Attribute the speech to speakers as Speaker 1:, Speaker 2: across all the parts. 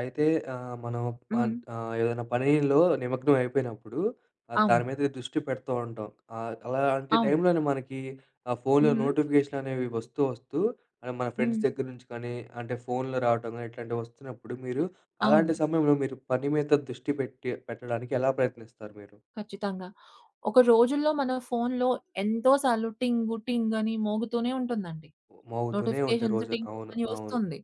Speaker 1: అయితే మనం
Speaker 2: హ్మ్.
Speaker 1: ఏదైనా పనిలో నిమగ్నం అయిపోయినప్పుడు దాని
Speaker 2: అవును.
Speaker 1: మీద దృష్టి పెడుతూ ఉంటాం. అలాంటి
Speaker 2: అవును.
Speaker 1: టైంలోనే మనకి ఆ ఫోన్‌లో
Speaker 2: హుహు.
Speaker 1: నోటిఫికేషన్ అనేవి వస్తూ, వస్తూ మన
Speaker 2: హ్మ్.
Speaker 1: ఫ్రెండ్స్ దగ్గర నుంచి కానీ, అంటే ఫోన్‌లో రావటం గాని ఇట్లాంటివి వస్తున్నప్పుడు మీరు అలాంటి
Speaker 2: అవును.
Speaker 1: సమయంలో మీరు పని మీద దృష్టి పెట్టడానికి ఎలా ప్రయత్నిస్తారు మీరు?
Speaker 2: ఖచ్చితంగా. ఒక రోజుల్లో మన ఫోన్‌లో ఎంతో సార్లు టింగు టింగ్ అని మోగుతూనే ఉంటుందండి.
Speaker 1: మోగుతూనే ఉంటాయి
Speaker 2: నోటిఫికేషన్స్
Speaker 1: రోజు.
Speaker 2: టింగ్
Speaker 1: అవును.
Speaker 2: అని
Speaker 1: అవును.
Speaker 2: వస్తుంది.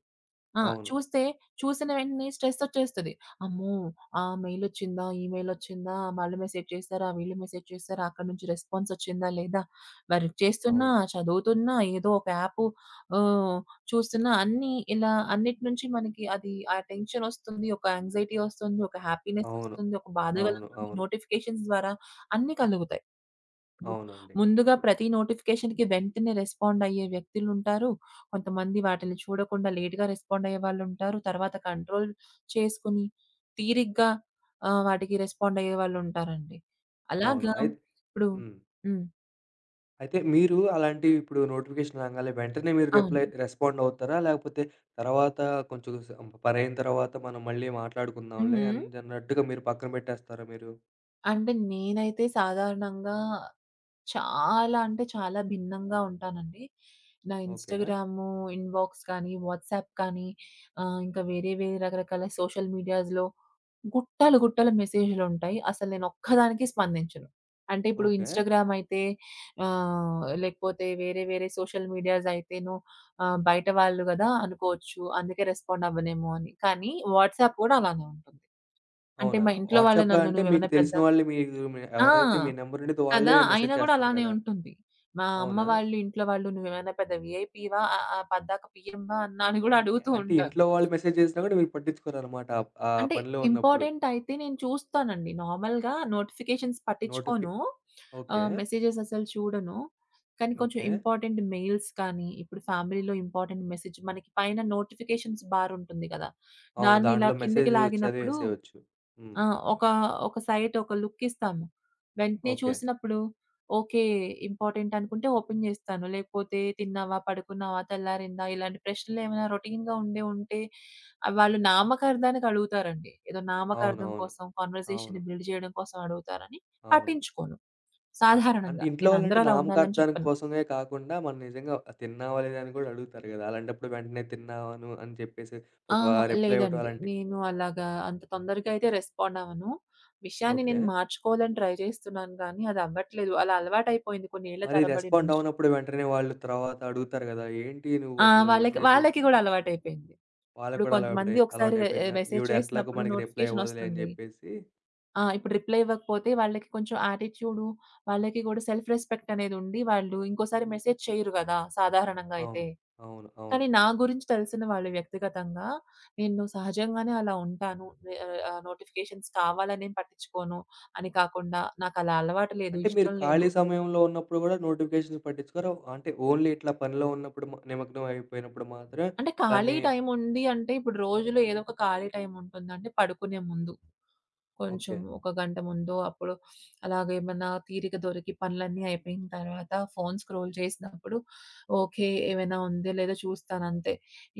Speaker 2: ఆ!
Speaker 1: అవును.
Speaker 2: చూస్తే, చూసిన వెంటనే స్ట్రెసొచ్చేస్తది. అమ్మో! ఆ మెయిలొచ్చిందా? ఈమెయిలొచ్చిందా? వాళ్ళు మెసేజ్ చేసారా? వీళ్ళు మెసేజ్ చేసారా? అక్కడి నుంచి రెస్పాన్సొచ్చిందా లేదా? వర్క్ చేస్తున్నా,
Speaker 1: అవును.
Speaker 2: చదువుతున్నా, ఏదో ఒక యాపు ఆహ్, చూస్తున్నా అన్నీ ఇలా అన్నిటి నుంచి మనకి అది ఆ టెన్షనొస్తుంది, ఒక యాంగ్జైటీ ఒస్తుంది, ఒక
Speaker 1: అవును.
Speaker 2: హ్యాపీనెసొస్తుంది, ఒక బాధ
Speaker 1: అవును. అవును.
Speaker 2: కలుగుతుంది.
Speaker 1: అవును.
Speaker 2: నోటిఫికేషన్స్ ద్వారా అన్నీ కలుగుతాయి. ఇప్పుడు
Speaker 1: అవునండి.
Speaker 2: ముందుగా ప్రతి నోటిఫికేషన్‌కి వెంటనే రెస్పాండ్ అయ్యే వ్యక్తులుంటారు. కొంతమంది వాటిని చూడకుండా లేట్‌గా రెస్పాండ్ అయ్యేవాళ్ళుంటారు. తర్వాత కంట్రోల్ చేసుకొని తీరిగ్గా వాటికి రెస్పాండ్ అయ్యేవాళ్ళుంటారండి.
Speaker 1: అవును.
Speaker 2: అలాగా ఇప్పుడు
Speaker 1: హ్మ్.
Speaker 2: హ్మ్.
Speaker 1: అయితే మీరు అలాంటి ఇప్పుడు నోటిఫికేషన్ రాంగానే వెంటనే మీరు రిప్లై
Speaker 2: అవును.
Speaker 1: రెస్పాండ్ అవుతారా? లేకపోతే తర్వాత కొంచెం పనయిన తర్వాత మనం మళ్ళీ మాట్లాడుకుందాంలే
Speaker 2: హుహు.
Speaker 1: అని అన్నట్టుగా మీరు పక్కన పెట్టేస్తారా మీరు?
Speaker 2: అంటే నేనైతే సాధారణంగా చాలా అంటే చాలా భిన్నంగా ఉంటానండి. నా
Speaker 1: ఓకే.
Speaker 2: ఇన్‌స్టాగ్రాము ఇన్‌బాక్స్ కానీ, వాట్సాప్ కానీ ఇంకా వేరే వేరే రకరకాల సోషల్ మీడియాస్‌లో గుట్టలు గుట్టల మెసేజ్‌లుంటాయి. అసలు నేను ఒక్కదానికి స్పందించను. అంటే ఇప్పుడు
Speaker 1: ఓకే.
Speaker 2: ఇన్‌స్టాగ్రామ్ అయితే లేకపోతే వేరే వేరే సోషల్ మీడియాస్ అయితేను బయట వాళ్ళు గదా! అనుకోవచ్చు. అందుకే రెస్పాండ్ అవ్వనేమో అని. కానీ వాట్సాప్ కూడా అలానే ఉంటుంది. అంటే
Speaker 1: అవునా?
Speaker 2: మా ఇంట్లో వాళ్ళు
Speaker 1: వాట్సాప్‌లో
Speaker 2: నన్ను
Speaker 1: అంటే మీకు
Speaker 2: "నువ్వేమైనా పెద్ద"
Speaker 1: తెలిసిన వాళ్ళే మీరు
Speaker 2: ఆ!
Speaker 1: ఎవరైతే మీ నంబర్ ఉండిద్దో
Speaker 2: కదా!
Speaker 1: వాళ్ళే
Speaker 2: అయినా
Speaker 1: మెసేజ్
Speaker 2: గూడా
Speaker 1: చేస్తారు
Speaker 2: అలానే
Speaker 1: కదా!
Speaker 2: ఉంటుంది. మా అమ్మ
Speaker 1: అవునా?
Speaker 2: వాళ్ళు, ఇంట్లో వాళ్ళు "నువ్వేమైనా పెద్ద వీఐపీవా? ఆహ్, ఆహ్, పద్దాక పీఎంవా?" అన్నా అని గూడా అడుగుతూ
Speaker 1: అంటే
Speaker 2: ఉంటారు.
Speaker 1: ఇంట్లో వాళ్ళు మెసేజ్ చేసినా కూడా మీరు పట్టించుకోరనమాట. ఆ ఆ
Speaker 2: అంటే
Speaker 1: పనిలో ఉన్నప్పుడు.
Speaker 2: ఇంపార్టెంట్ అయితే నేను చూస్తానండి. నార్మల్‌గా నోటిఫికేషన్స్ పట్టించుకోను.
Speaker 1: నోటిఫికే ఓకే.
Speaker 2: మెసేజెస్ అసలు చూడను. కానీ కొంచెం
Speaker 1: ఓకే.
Speaker 2: ఇంపార్టెంట్ మెయిల్స్ కానీ, ఇప్పుడు ఫ్యామిలీలో ఇంపార్టెంట్ మెసేజ్ మనకి పైన నోటిఫికేషన్స్ బార్ ఉంటుంది గదా!
Speaker 1: అవును.
Speaker 2: దాన్ని ఇలా
Speaker 1: దాంట్లో
Speaker 2: కిందకి
Speaker 1: మెసేజ్
Speaker 2: లాగినప్పుడు
Speaker 1: చదివేసేయొచ్చు. హ్మ్.
Speaker 2: ఆ! ఒక, ఒక సైట్ ఒక లుక్ ఇస్తాము. వెంటనే
Speaker 1: ఓకే.
Speaker 2: చూసినప్పుడు ఓకే. ఇంపార్టెంట్ అనుకుంటే ఓపెన్ చేస్తాను. లేకపోతే తిన్నావా? పడుకున్నావా? తెల్లారిందా? ఇలాంటి ప్రశ్నలు ఏమైనా రొటీన్‌గా ఉండే ఉంటే వాళ్ళు నామకార్థానికి అడుగుతారండి. ఏదో నామకార్థం
Speaker 1: అవునవును.
Speaker 2: కోసం
Speaker 1: అవును.
Speaker 2: కన్వర్జేషన్‌ని బిల్డ్ చేయడం కోసం అడుగుతారని
Speaker 1: అవును.
Speaker 2: పట్టించుకోను.
Speaker 1: ఓకే. అంటే
Speaker 2: సాధారణంగా
Speaker 1: ఇంట్లో
Speaker 2: నేను అందరూ
Speaker 1: వాళ్ళంటే
Speaker 2: అలా ఉండాలని
Speaker 1: నామకార్థానికి
Speaker 2: చెప్పను.
Speaker 1: కోసమే కాకుండా మనం నిజంగా తిన్నావా లేదా అని కూడా అడుగుతారు గదా! అలాంటప్పుడు వెంటనే తిన్నాను అని చెప్పేసి ఒక
Speaker 2: ఆహా!
Speaker 1: రిప్లై ఇవ్వటం
Speaker 2: లేదండి.
Speaker 1: అలాంటి
Speaker 2: నేను అలాగా అంత తొందరగా అయితే రెస్పాండ్ అవ్వను. విషయాన్ని
Speaker 1: ఓకే.
Speaker 2: నేను మార్చుకోవాలని ట్రై చేస్తున్నాను గానీ అది అవ్వట్లేదు. అలా అలవాటైపోయింది కొన్నేళ్ల
Speaker 1: మరి
Speaker 2: తరబడి
Speaker 1: రెస్పాండ్
Speaker 2: నుంచి.
Speaker 1: అవ్వనప్పుడు వెంటనే వాళ్ళు తర్వాత అడుగుతారు గదా! ఏంటి
Speaker 2: ఆ!
Speaker 1: నువ్వసలు
Speaker 2: వాళ్ళకి
Speaker 1: మెసేజ్
Speaker 2: వాళ్ళకి గూడా అలవాటైపోయింది.
Speaker 1: వాళ్ళకి
Speaker 2: ఇప్పుడు
Speaker 1: కూడా అలా అప్పుడే
Speaker 2: కొంతమంది ఒకసారి ఎ
Speaker 1: అలవాటైపోయిందా?
Speaker 2: మెసేజ్
Speaker 1: ఈవిడ ఎట్లాగో
Speaker 2: చేసినప్పుడు
Speaker 1: మనకి రిప్లై
Speaker 2: నోటిఫికేషన్
Speaker 1: ఇవ్వదులే అని
Speaker 2: ఒస్తుంది.
Speaker 1: జెప్పేసి
Speaker 2: ఆ! ఇప్పుడు రిప్లై ఇవ్వకపోతే వాళ్ళకి కొంచెం యాటిట్యూడు, వాళ్ళకి గూడా సెల్ఫ్ రెస్పెక్ట్ అనేదుండి, వాళ్ళు ఇంకోసారి మెసేజ్ చేయరు గదా! సాధారణంగా అయితే.
Speaker 1: అవును. అవును. అవును.
Speaker 2: కానీ నా గురించి తెలిసిన వాళ్ళు వ్యక్తిగతంగా, నేను సహజంగానే అలా ఉంటాను. నే ఆహ్, ఆహ్, నోటిఫికేషన్స్ కావాలనేం పట్టించుకోను అని కాకుండా, నాకలా అలవాటు లేదు,
Speaker 1: అంటే మీరు
Speaker 2: ఇష్టం లేదు.
Speaker 1: ఖాళీ సమయంలో ఉన్నప్పుడు గూడా నోటిఫికేషన్స్ పట్టించుకోరా? అంటే ఓన్లీ ఇట్లా పనిలో ఉన్నప్పుడు నిమగ్నం అయిపోయినప్పుడు మాత్రం
Speaker 2: అంటే ఖాళీ
Speaker 1: దాన్ని
Speaker 2: టైముంది అంటే, ఇప్పుడు రోజులో ఏదో ఒక ఖాళీ టైముంటుందండి పడుకునే ముందు. కొంచెం
Speaker 1: ఓకే.
Speaker 2: ఒక గంట ముందో అప్పుడు అలాగేమన్నా తీరిక దొరికి పనులన్నీ అయిపోయిన తర్వాత ఫోను స్క్రోల్ చేసినప్పుడు ఓకే. ఏమైనా ఉందో లేదో చూస్తానంతే.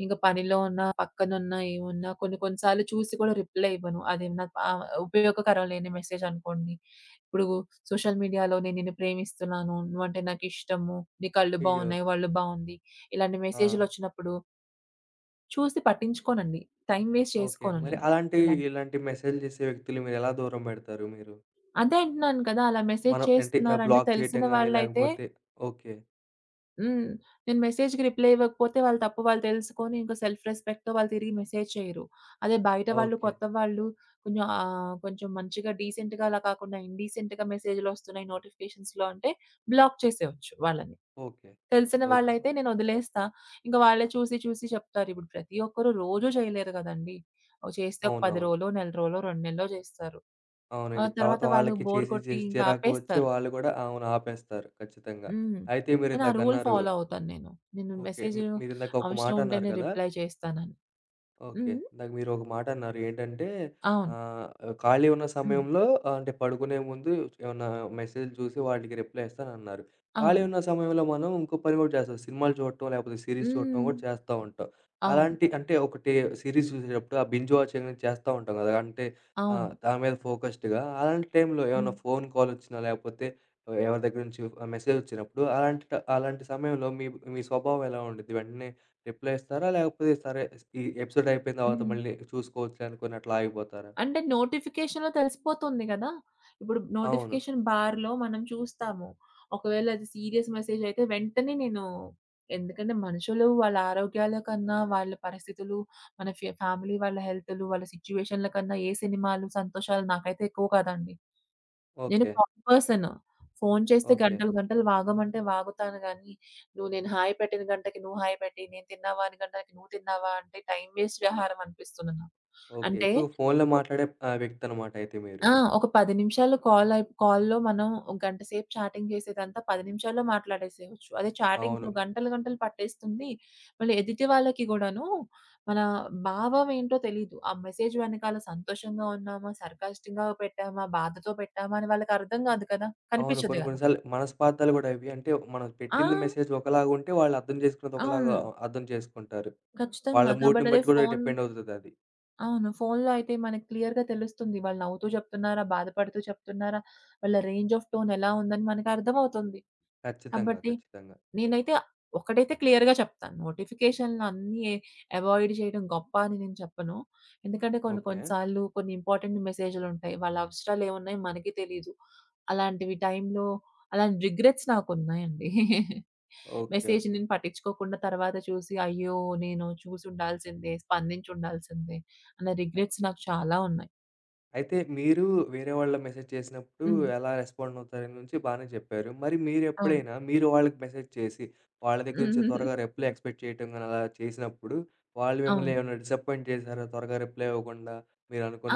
Speaker 2: ఇంక పనిలో ఉన్నా, పక్కనున్నా ఏమున్నా కొన్ని కొన్ని సార్లు చూసి కూడా రిప్లై ఇవ్వను. అదేమన్నా ఉపయోగకరం లేని మెసేజ్ అనుకోండి. ఇప్పుడు సోషల్ మీడియాలో నేను నిన్ను ప్రేమిస్తున్నాను, నువ్వంటే నాకిష్టము, నీ కళ్ళు
Speaker 1: అయ్యో!
Speaker 2: బావున్నాయి, ఒళ్ళు బావుంది. ఇలాంటి
Speaker 1: ఆ!
Speaker 2: మెసేజ్‌లొచ్చినప్పుడు చూసి పట్టించుకోనండి. Time waste
Speaker 1: okay.
Speaker 2: చేసుకోను
Speaker 1: మరి
Speaker 2: నేను.
Speaker 1: అలాంటి,
Speaker 2: అలాంటి
Speaker 1: ఇలాంటి మెసేజ్‌లు చేసే వ్యక్తులు మీరెలా దూరం పెడతారు మీరు?
Speaker 2: అదే అంటున్నాను కదా! అలా మెసేజ్
Speaker 1: మనం అంటే
Speaker 2: చేస్తున్నారంటే
Speaker 1: బ్లాక్
Speaker 2: తెలిసిన
Speaker 1: చేయటం గాని
Speaker 2: వాళ్ళైతే
Speaker 1: లేకపోతే ఓకే.
Speaker 2: హ్మ్. నేను మెసేజ్‌కి రిప్లై ఇవ్వకపోతే వాళ్ళ తప్పు వాళ్ళు తెలుసుకొని ఇంకా సెల్ఫ్ రెస్పెక్ట్‌తో వాళ్ళు తిరిగి మెసేజ్ చేయరు. అదే బయట వాళ్ళు
Speaker 1: ఓకే.
Speaker 2: కొత్త వాళ్ళు కొంచెం కొంచెం మంచిగా డీసెంట్‌గా అలా కాకుండా ఇండీసెంట్‌గా మెసేజ్‌లొస్తున్నాయి నోటిఫికేషన్స్‌లో అంటే బ్లాక్ చేసేయొచ్చు వాళ్ళని.
Speaker 1: ఓకే.
Speaker 2: తెలిసిన
Speaker 1: ఓకే.
Speaker 2: వాళ్ళైతే నేను వదిలేస్తా. ఇంక వాళ్ళే చూసి చూసి చెప్తారు. ఇప్పుడు ప్రతి ఒక్కరు రోజూ చేయలేరు గదండీ! ఓ చేస్తే ఒక 10
Speaker 1: అవునవును.
Speaker 2: రోజులో, నెల రోజులో, 2 నెలలో చేస్తారు.
Speaker 1: అవును.
Speaker 2: ఆ
Speaker 1: ఇంక తర్వాత
Speaker 2: తర్వాత వాళ్ళు
Speaker 1: వాళ్ళకి
Speaker 2: బోర్
Speaker 1: చేసి,
Speaker 2: కొట్టి
Speaker 1: చేసి
Speaker 2: ఇంకా
Speaker 1: చిరాకు వచ్చి
Speaker 2: ఆపేస్తారు.
Speaker 1: వాళ్ళు కూడా అవును ఆపేస్తారు ఖచ్చితంగా.
Speaker 2: హ్మ్.
Speaker 1: అయితే
Speaker 2: నేను ఆ రూల్
Speaker 1: మీరిందాకన్నారు
Speaker 2: ఫాలో అవుతాను నేను. నేను
Speaker 1: ఓకే.
Speaker 2: మెసేజ్
Speaker 1: మీరిందాక ఒక మాట
Speaker 2: అవసరం
Speaker 1: అన్నారు
Speaker 2: ఉంటేనే
Speaker 1: కదా!
Speaker 2: రిప్లై చేస్తానని.
Speaker 1: ఓకే.
Speaker 2: హ్మ్.
Speaker 1: ఇందాక మీరొక మాటన్నారు. ఏంటంటే
Speaker 2: అవును.
Speaker 1: ఆహ్, ఖాళీ ఉన్న
Speaker 2: హ్మ్.
Speaker 1: సమయంలో ఆ, అంటే పడుకునే ముందు ఏమన్నా మెసేజ్‌లు చూసి వాటికి రిప్లై ఇస్తానన్నారు. ఖాళీ
Speaker 2: అవును.
Speaker 1: ఉన్న సమయంలో మనం ఇంకో పని కూడా చేస్తాం. సినిమాలు చూడటం, లేకపోతే సీరీస్ చూడటం
Speaker 2: హ్మ్.
Speaker 1: కూడా చేస్తా ఉంటాం.
Speaker 2: అవును.
Speaker 1: అలాంటి అంటే ఒకటి సీరీస్ చూసేటప్పుడు ఆ బింజ్ వాచింగ్ అనేది చేస్తా ఉంటాం కదా! అంటే
Speaker 2: అవును.
Speaker 1: దాని మీద ఫోకస్డ్‌గా అలాంటి టైంలో
Speaker 2: హ్మ్.
Speaker 1: ఏమన్నా ఫోన్ కాల్ వచ్చినా, లేకపోతే ఎవరి దగ్గర నుంచి మెసేజ్ వచ్చినప్పుడు అలాంటి సమయంలో మీ మీ స్వభావం ఎలా ఉండిద్ది? వెంటనే రిప్లై ఇస్తారా? లేకపోతే సరే ఈ ఎపిసోడ్ అయిపోయిన తర్వాత
Speaker 2: హ్మ్.
Speaker 1: మళ్ళీ చూసుకోవచ్చులే అనుకోని అట్లా ఆగిపోతారా?
Speaker 2: అంటే నోటిఫికేషన్‌లో తెలిసిపోతుంది గదా! ఇప్పుడు
Speaker 1: అవును.
Speaker 2: నోటిఫికేషన్ బార్‌లో మనం చూస్తాము. ఒకవేళ అది సీరియస్ మెసేజ్ అయితే వెంటనే నేను ఎందుకంటే మనుషులు వాళ్ళ ఆరోగ్యాల కన్నా, వాళ్ళ పరిస్థితులు, మన ఫ్యామిలీ వాళ్ళ హెల్తులు, వాళ్ళ సిట్యుయేషన్‌ల కన్నా ఏ సినిమాలు, సంతోషాలు నాకైతే ఎక్కువ కాదండి. నేను
Speaker 1: ఓకే.
Speaker 2: Coffee person. ఫోను చేస్తే
Speaker 1: ఓకే.
Speaker 2: గంటలు గంటలు వాగమంటే వాగుతాను గానీ, నువ్వు నేను హాయి పెట్టిన గంటకి నువ్వు హాయి పెట్టి, నేను తిన్నావా అని గంటకి నువ్వు తిన్నావా అంటే టైమ్ వేస్ట్ వ్యవహారం అనిపిస్తుంది నాకు.
Speaker 1: ఓకే.
Speaker 2: అంటే
Speaker 1: ఎక్కువగా ఫోన్‌లో మాట్లాడే వ్యక్తనమాట అయితే మీరు.
Speaker 2: ఆ! ఒక 10 నిమిషాలు కాల్ అయి కాల్‌లో మనం ఒక గంట సేపు చాటింగ్ చేసేదంతా 10 నిమిషాల్లో మాట్లాడేసేయొచ్చు. అదే
Speaker 1: అవును.
Speaker 2: చాటింగ్‌లో గంటలు గంటలు పట్టేస్తుంది. మళ్ళీ ఎదుటి వాళ్ళకి గూడాను మన భావం ఏంటో తెలీదు. ఆ మెసేజ్ వెనకాల సంతోషంగా ఉన్నామా, సర్కాస్టిక్‌గా పెట్టామా, బాధతో పెట్టామా అని వాళ్ళకర్థం గాదు కదా!
Speaker 1: అవును.
Speaker 2: కనిపించదు
Speaker 1: కొన్ని కొన్ని
Speaker 2: గదా!
Speaker 1: సార్లు మనస్పార్థాలు గూడా ఇవి. అంటే మనం
Speaker 2: ఆ!
Speaker 1: పెట్టింది మెసేజ్ ఒకలాగుంటే వాళ్ళు అర్థం చేసుకునేది ఒకలాగా
Speaker 2: అవును.
Speaker 1: అర్థం చేసుకుంటారు. వాళ్ళ
Speaker 2: ఖచ్చితంగా.
Speaker 1: మూడ్‌ని
Speaker 2: కాబట్టి అదే
Speaker 1: బట్టి గూడా
Speaker 2: ఫోన్
Speaker 1: డిపెండ్ అవుతదది.
Speaker 2: అవును. ఫోన్‌లో అయితే మనకి క్లియర్‌గా తెలుస్తుంది. వాళ్ళు నవ్వుతూ చెప్తున్నారా, బాధపడుతూ చెప్తున్నారా, వాళ్ళ రేంజ్ ఆఫ్ టోన్ ఎలా ఉందని మనకర్థమవుతుంది.
Speaker 1: ఖచ్చితంగా.
Speaker 2: కాబట్టి
Speaker 1: ఖచ్చితంగా.
Speaker 2: నేనైతే ఒకటైతే క్లియర్‌గా చెప్తాను. నోటిఫికేషన్‌లు అన్నీ అవాయిడ్ చేయడం గొప్ప అని నేను చెప్పను. ఎందుకంటే కొన్ని
Speaker 1: ఓకే.
Speaker 2: కొన్ని సార్లు కొన్ని ఇంపార్టెంట్ మెసేజ్‌లుంటాయి. వాళ్ళ అవసరాలు ఏమున్నాయో మనకి తెలీదు. అలాంటివి టైంలో అలాంటి రిగ్రెట్స్ నాకున్నాయండి.
Speaker 1: ఓకే.
Speaker 2: Message
Speaker 1: okay.
Speaker 2: నేను పట్టించుకోకుండా తర్వాత చూసి అయ్యో! నేను చూసుండాల్సిందే, స్పందించుండాల్సిందే అన్న
Speaker 1: అయి
Speaker 2: రిగ్రెట్స్ నాకు చాలా ఉన్నాయి.
Speaker 1: అయితే మీరు వేరే వాళ్ళు మెసేజ్ చేసినప్పుడు
Speaker 2: హ్మ్.
Speaker 1: ఎలా రెస్పాండ్ అవుతారని నుంచి బానే చెప్పారు. మరి
Speaker 2: అవును.
Speaker 1: మీరెప్పుడైనా మీరు వాళ్ళకి మెసేజ్ చేసి, వాళ్ళ దగ్గర నుంచి త్వరగా రిప్లై ఎక్స్‌పెక్ట్ చేయటం గాని అలా చేసినప్పుడు, వాళ్ళు మిమ్మల్ని
Speaker 2: అవును.
Speaker 1: ఏమైనా డిసప్పాయింట్ చేసారా? త్వరగా రిప్లై ఇవ్వకుండా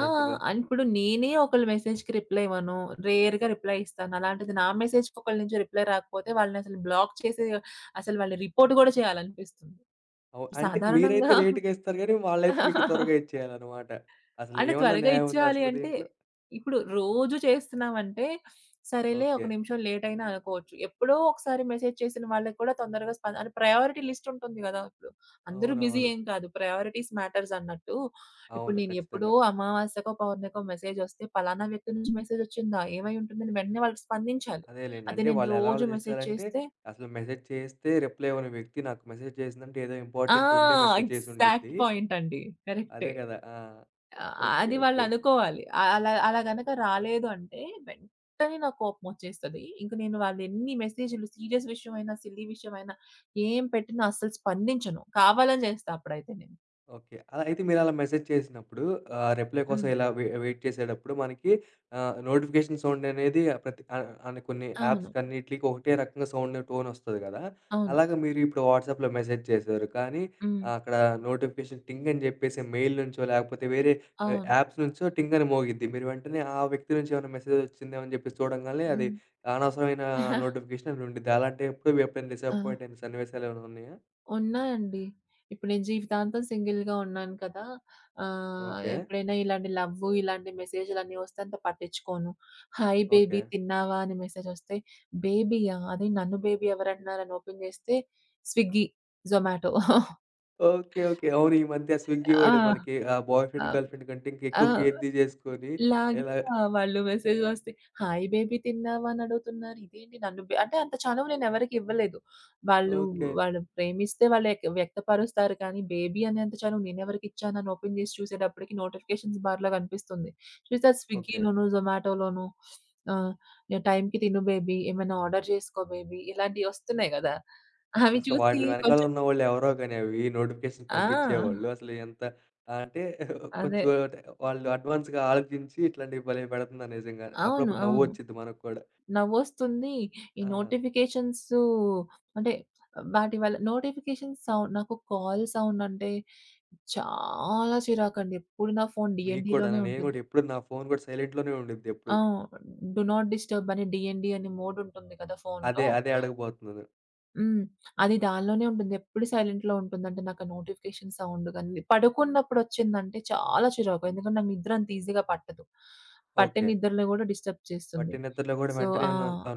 Speaker 2: ఆ! ఇప్పుడు నేనే ఒకళ్ళ మెసేజ్‌కి రిప్లై ఇవ్వను. రేర్‌గా రిప్లై ఇస్తాను. అలాంటిది నా మెసేజ్‌కి ఒకళ్ళ నుంచి రిప్లై రాకపోతే వాళ్ళనసలు బ్లాక్ చేసి అసలు వాళ్ళని రిపోర్ట్ గూడా చేయాలనిపిస్తుంది.
Speaker 1: అంటే మీరైతే
Speaker 2: సాధారణంగా
Speaker 1: లేట్‌గా ఇస్తారు గానీ, వాళ్ళైతే మీకు త్వరగా ఇచ్చేయాలనమాట.
Speaker 2: అంటే
Speaker 1: అసలేమన్నా
Speaker 2: త్వరగా
Speaker 1: న్యాయం ఉందా
Speaker 2: ఇచ్చేయాలి
Speaker 1: అసలు
Speaker 2: అంటే,
Speaker 1: దీంట్లో?
Speaker 2: ఇప్పుడు రోజు చేస్తున్నామంటే, సరేలే
Speaker 1: ఓకే.
Speaker 2: ఒక నిమిషం లేట్ అయినా అనుకోవచ్చు. ఎప్పుడో ఒకసారి మెసేజ్ చేసిన వాళ్ళకి కూడా తొందరగా అంటే ప్రయారిటీ లిస్ట్ ఉంటుంది గదా! ఇప్పుడు. అందరూ బిజీ
Speaker 1: అవునవును.
Speaker 2: ఏం కాదు. ప్రయారిటీస్ మ్యాటర్స్ అన్నట్టు. ఇప్పుడు
Speaker 1: అవును.
Speaker 2: నేను ఎప్పుడో
Speaker 1: ఖచ్చితంగా.
Speaker 2: అమావాస్యకో, పౌర్ణమికో మెసేజ్ వస్తే, పలానా వ్యక్తి నుంచి మెసేజ్ వచ్చిందా? ఏమై ఉంటుందని వెంటనే వాళ్ళకి స్పందించాలి.
Speaker 1: అదేలెండి.
Speaker 2: అదే
Speaker 1: అంటే
Speaker 2: నేను
Speaker 1: వాళ్ళెలా
Speaker 2: రోజు మెసేజ్
Speaker 1: ఆలోచించాలంటే,
Speaker 2: చేస్తే
Speaker 1: అసలు మెసేజ్ చేస్తే రిప్లై ఇవ్వని వ్యక్తి నాకు మెసేజ్ చేసిందంటే ఏదో
Speaker 2: ఆ!
Speaker 1: ఇంపార్టెంట్ ఉండే మెసేజ్
Speaker 2: ఎగ్జాక్ట్
Speaker 1: చేసుండిద్ది.
Speaker 2: పాయింట్ అండి.
Speaker 1: అదే
Speaker 2: కరెక్టే.
Speaker 1: కదా! ఆ!
Speaker 2: ఆ!
Speaker 1: ఓకే.
Speaker 2: అది
Speaker 1: ఓకే.
Speaker 2: వాళ్ళనుకోవాలి. అలా అలా గనక రాలేదు అంటే వెంటనే నాకు కోపమొచ్చేస్తది. ఇంక నేను వాళ్ళెన్ని మెసేజ్‌లు సీరియస్ విషయమైనా, సిల్లీ విషయమైనా ఏం పెట్టినా అస్సలు స్పందించను. కావాలని చేస్తా అప్పుడైతే నేను.
Speaker 1: ఓకే. అలా అయితే మీరలా మెసేజ్ చేసినప్పుడు రిప్లై కోసం
Speaker 2: హ్మ్.
Speaker 1: ఇలా వెయిట్ చేసేటప్పుడు మనకి నోటిఫికేషన్ సౌండ్ అనేది ఆ ప్రతి అన్ని కొన్ని
Speaker 2: అవును.
Speaker 1: యాప్స్‌కన్నిట్లికి ఒకటే రకంగా సౌండ్ టోనొస్తది గదా!
Speaker 2: అవును.
Speaker 1: అలాగా మీరు ఇప్పుడు వాట్సాప్‌లో మెసేజ్ చేశారు. కానీ
Speaker 2: హ్మ్.
Speaker 1: ఆ, అక్కడ నోటిఫికేషన్ టింగ్ అని జెప్పేసి మెయిల్ నుంచో లేకపోతే వేరే
Speaker 2: అవును.
Speaker 1: యాప్స్ నుంచో టింగ్ అని మోగిద్ది. మీరు వెంటనే ఆ వ్యక్తి నుంచి ఏమైనా మెసేజ్ వచ్చిందేమో అని జెప్పేసి చూడంగాలనే అది
Speaker 2: హ్మ్.
Speaker 1: అనవసరమైన నోటిఫికేషన్ అని ఉండిద్ది. అలాంటప్పుడు ఎప్పుడైనా
Speaker 2: ఆ!
Speaker 1: డిసప్పాయింట్ అయిన సన్నివేశాలేమైనా ఉన్నాయా?
Speaker 2: ఉన్నాయండి. ఇప్పుడు నేను జీవితాంతం సింగిల్‌గా ఉన్నాను కదా!
Speaker 1: ఓకే.
Speaker 2: ఎప్పుడైనా ఇలాంటి లవ్వు, ఇలాంటి మెసేజ్‌లన్నీ వస్తే అంత పట్టించుకోను. Hi
Speaker 1: okay.
Speaker 2: బేబీ తిన్నావా? అని మెసేజొస్తే, బేబీయా? అదే నన్ను బేబీ ఎవరంటున్నారని ఓపెన్ చేస్తే స్విగ్గీ, జొమాటో.
Speaker 1: ఓకే. ఓకే. అవును. ఈ మధ్య స్విగ్గీ వాడు
Speaker 2: ఆ!
Speaker 1: మనకి బాయ్
Speaker 2: ఆ!
Speaker 1: ఫ్రెండ్, గర్ల్ ఫ్రెండ్ కంటే ఇంకా
Speaker 2: ఆ!
Speaker 1: ఎక్కువ కీర్తి చేసుకొని
Speaker 2: లాగా
Speaker 1: ఇలా
Speaker 2: వాళ్ళు మెసేజ్‌లు వస్తాయి. హాయ్ బేబీ తిన్నావా అని అడుగుతున్నారు. ఇదేంటి నన్ను అంటే అంత చనువు నేను ఎవరికీ ఇవ్వలేదు. వాళ్ళు
Speaker 1: ఓకే.
Speaker 2: వాళ్ళు ప్రేమిస్తే వాళ్ళు వ్యక్తపరుస్తారు కానీ బేబీ అనేంత చనువు నేనెవరికి ఇచ్చానని ఓపెన్ చేసి చూసేటప్పటికి నోటిఫికేషన్స్ బార్‌లో కనిపిస్తుంది. చూస్తే అది
Speaker 1: ఓకే.
Speaker 2: స్విగ్గీలోను, జొమాటోలోను ఆహ్, "నే టైంకి తిను బేబీ, ఏమైనా ఆర్డర్ చేసుకో బేబీ" ఇలాంటివి వస్తున్నాయి కదా! అవి
Speaker 1: అసలు
Speaker 2: చూసి
Speaker 1: వాటిలి వెనకాల
Speaker 2: కొంచెం
Speaker 1: ఉన్నవాళ్ళు ఎవరో గాని అవి నోటిఫికేషన్ పంపించేవాళ్ళు.
Speaker 2: ఆ!
Speaker 1: అసలు ఎంత అంటే
Speaker 2: అదే.
Speaker 1: కొంచెం అంటే వాళ్ళు అడ్వాన్స్‌గా ఆలోచించి ఇట్లాంటివి భలే పెడుతున్నారు నిజంగానే.
Speaker 2: అవును.
Speaker 1: అప్పుడప్పుడు
Speaker 2: అవును.
Speaker 1: నవ్వొచ్చిద్ది మనకు కూడా.
Speaker 2: నవ్వొస్తుంది. ఈ
Speaker 1: ఆ!
Speaker 2: నోటిఫికేషన్సు అంటే వాటి వల్ల నోటిఫికేషన్ సౌండ్ నాకు కాల్ సౌండ్ అంటే చాలా చిరాకండి. ఎప్పుడు నా ఫోను
Speaker 1: మీకు కూడానా?
Speaker 2: డీఎన్‌డీలోనే
Speaker 1: నేను
Speaker 2: ఉంటుంది.
Speaker 1: కూడా ఎప్పుడు నా ఫోను కూడా సైలెంట్‌లోనే ఉండిద్ది ఎప్పుడు.
Speaker 2: ఆ! డు నాట్ డిస్టర్బ్ అని డీఎన్‌డీ అని మోడ్ ఉంటుంది కదా
Speaker 1: అదే,
Speaker 2: ఫోనులో.
Speaker 1: అదే అడగబోతున్నాను.
Speaker 2: హ్మ్. అది దానిలోనే ఉంటుంది. ఎప్పుడు సైలెంట్‌లో ఉంటుందంటే నాకు ఆ నోటిఫికేషన్ సౌండ్ గాని పడుకున్నప్పుడు వచ్చిందంటే చాలా చిరాకు. ఎందుకంటే నాకు నిద్ర అంత ఈజీగా పట్టదు. పట్టే
Speaker 1: ఓకే.
Speaker 2: నిద్రలో కూడా డిస్టర్బ్ చేస్తుంది.
Speaker 1: పట్టిన నిద్రలో గూడా
Speaker 2: సో
Speaker 1: వెంటనే
Speaker 2: ఆ!
Speaker 1: ఆ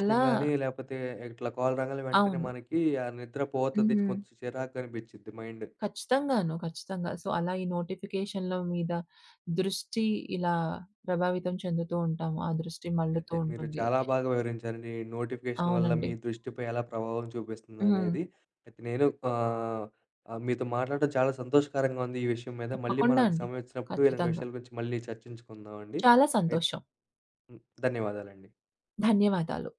Speaker 2: అలా
Speaker 1: గాని, లేపోతే ఇట్లా కాల్ రాంగానే వెంటనే
Speaker 2: అవును.
Speaker 1: మనకి ఆ నిద్ర పోతది.
Speaker 2: హ్మ్.
Speaker 1: కొంచెం చిరాకనిపిచ్చిద్ది మైండ్.
Speaker 2: ఖచ్చితంగాను. ఖచ్చితంగా. సో, అలా ఈ నోటిఫికేషన్‌ల మీద దృష్టి ఇలా ప్రభావితం చెందుతూ ఉంటాము. ఆ దృష్టి
Speaker 1: ఓకే. అయితే
Speaker 2: మళ్ళుతూ
Speaker 1: మీరు
Speaker 2: ఉంటుంది.
Speaker 1: చాలా బాగా వివరించారండి. ఈ నోటిఫికేషన్ వల్ల మీ
Speaker 2: అవునండి.
Speaker 1: దృష్టిపై ఎలా ప్రభావం
Speaker 2: హ్మ్.
Speaker 1: చూపిస్తుందనేది. అయితే నేను మీతో మాట్లాడడం చాలా సంతోషకరంగా ఉంది ఈ విషయం మీద. మళ్ళీ
Speaker 2: తప్పకుండా
Speaker 1: మనకు
Speaker 2: అండి.
Speaker 1: సమయం వచ్చినప్పుడు ఇలాంటి
Speaker 2: ఖచ్చితంగా.
Speaker 1: విషయాల గురించి మళ్ళీ చర్చించుకుందామండి.
Speaker 2: చాలా
Speaker 1: అయిత్
Speaker 2: సంతోషం.
Speaker 1: హ్మ్. ధన్యవాదాలండి.
Speaker 2: ధన్యవాదాలు.